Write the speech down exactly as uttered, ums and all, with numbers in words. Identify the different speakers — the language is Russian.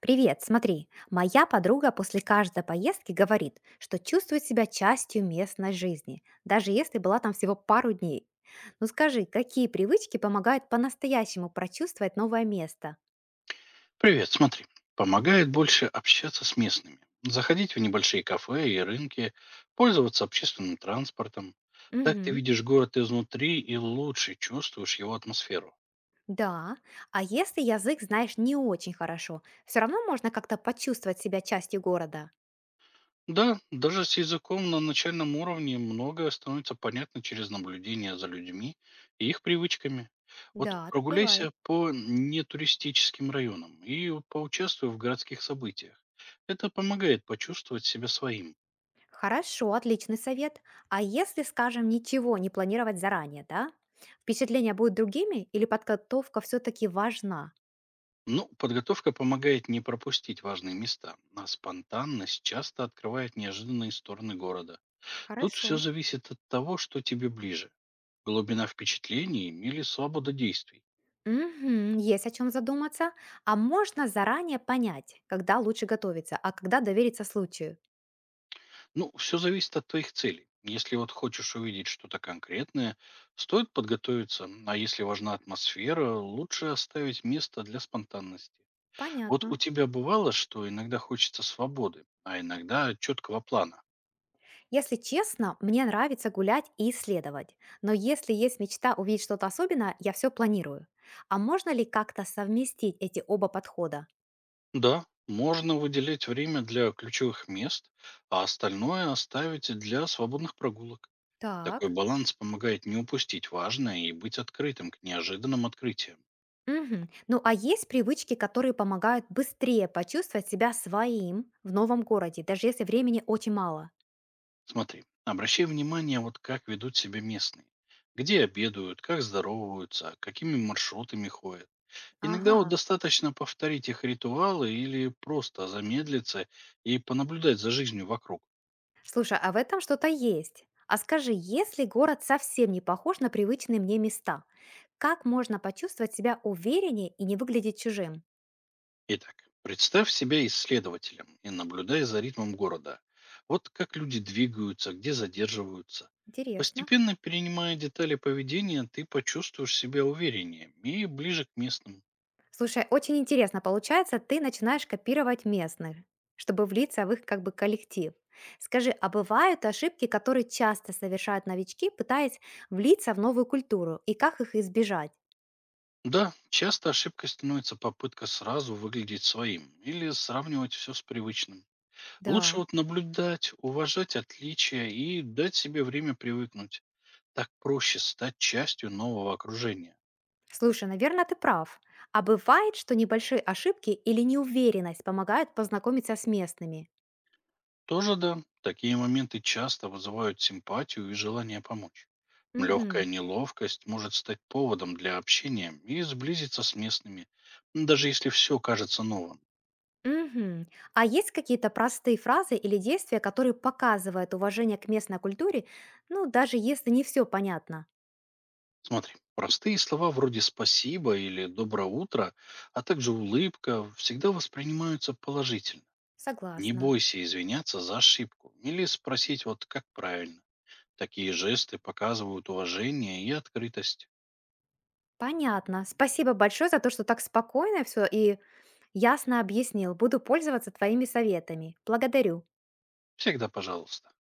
Speaker 1: Привет, смотри, моя подруга после каждой поездки говорит, что чувствует себя частью местной жизни, даже если была там всего пару дней. Ну скажи, какие привычки помогают по-настоящему прочувствовать новое место?
Speaker 2: Привет, смотри. Помогает больше общаться с местными, заходить в небольшие кафе и рынки, пользоваться общественным транспортом. Так ты
Speaker 1: Мгм.
Speaker 2: видишь город изнутри и лучше чувствуешь его атмосферу.
Speaker 1: Да, а если язык знаешь не очень хорошо, все равно можно как-то почувствовать себя частью города.
Speaker 2: Да, даже с языком на начальном уровне многое становится понятно через наблюдение за людьми и их привычками. Вот
Speaker 1: Да, так бывает.
Speaker 2: прогуляйся по нетуристическим районам и поучаствуй в городских событиях. Это помогает почувствовать себя своим.
Speaker 1: Хорошо, отличный совет. А если, скажем, ничего не планировать заранее, да? Впечатления будут другими или подготовка все-таки важна?
Speaker 2: Ну, подготовка помогает не пропустить важные места, а спонтанность часто открывает неожиданные стороны города. Тут
Speaker 1: Хорошо.
Speaker 2: все зависит от того, что тебе ближе. Глубина впечатлений или свобода действий.
Speaker 1: Мгм, есть о чем задуматься. А можно заранее понять, когда лучше готовиться, а когда довериться случаю.
Speaker 2: Ну, все зависит от твоих целей. Если вот хочешь увидеть что-то конкретное, стоит подготовиться, а если важна атмосфера, лучше оставить место для спонтанности. Вот у
Speaker 1: Понятно.
Speaker 2: тебя бывало, что иногда хочется свободы, а иногда четкого плана.
Speaker 1: Если честно, мне нравится гулять и исследовать. Но если есть мечта увидеть что-то особенное, я все планирую. А можно ли как-то совместить эти оба подхода?
Speaker 2: Да, можно выделить время для ключевых мест, а остальное оставить для свободных прогулок. Такой
Speaker 1: Так.
Speaker 2: баланс помогает не упустить важное и быть открытым к неожиданным открытиям.
Speaker 1: Мгм. Ну а есть привычки, которые помогают быстрее почувствовать себя своим в новом городе, даже если времени очень мало?
Speaker 2: Смотри, обращай внимание, вот как ведут себя местные. Где обедают, как здороваются, какими маршрутами ходят. Иногда вот
Speaker 1: Ага.
Speaker 2: достаточно повторить их ритуалы или просто замедлиться и понаблюдать за жизнью вокруг.
Speaker 1: Слушай, а в этом что-то есть. А скажи, если город совсем не похож на привычные мне места, как можно почувствовать себя увереннее и не выглядеть чужим?
Speaker 2: Итак, представь себя исследователем и наблюдай за ритмом города. Вот как люди двигаются, где задерживаются.
Speaker 1: Интересно.
Speaker 2: Постепенно перенимая детали поведения, ты почувствуешь себя увереннее и ближе к местным.
Speaker 1: Слушай, очень интересно получается, ты начинаешь копировать местных, чтобы влиться в их как бы коллектив. Скажи, а бывают ошибки, которые часто совершают новички, пытаясь влиться в новую культуру, и как их избежать?
Speaker 2: Да, часто ошибкой становится попытка сразу выглядеть своим или сравнивать все с привычным. Лучше
Speaker 1: Да.
Speaker 2: вот наблюдать, уважать отличия и дать себе время привыкнуть. Так проще стать частью нового окружения.
Speaker 1: Слушай, наверное, ты прав. А бывает, что небольшие ошибки или неуверенность помогают познакомиться с местными?
Speaker 2: Тоже да, такие моменты часто вызывают симпатию и желание помочь. Легкая
Speaker 1: Мгм.
Speaker 2: неловкость может стать поводом для общения и сблизиться с местными, м, даже если все кажется новым.
Speaker 1: Мгм. А есть какие-то простые фразы или действия, которые показывают уважение к местной культуре, ну, даже если не все понятно?
Speaker 2: Смотри, простые слова вроде «спасибо» или «доброе утро», а также улыбка всегда воспринимаются положительно. Не
Speaker 1: Согласна.
Speaker 2: бойся извиняться за ошибку или спросить вот как правильно. Такие жесты показывают уважение и открытость.
Speaker 1: Понятно. Спасибо большое за то, что так спокойно все и ясно объяснил. Буду пользоваться твоими советами. Благодарю.
Speaker 2: Всегда пожалуйста.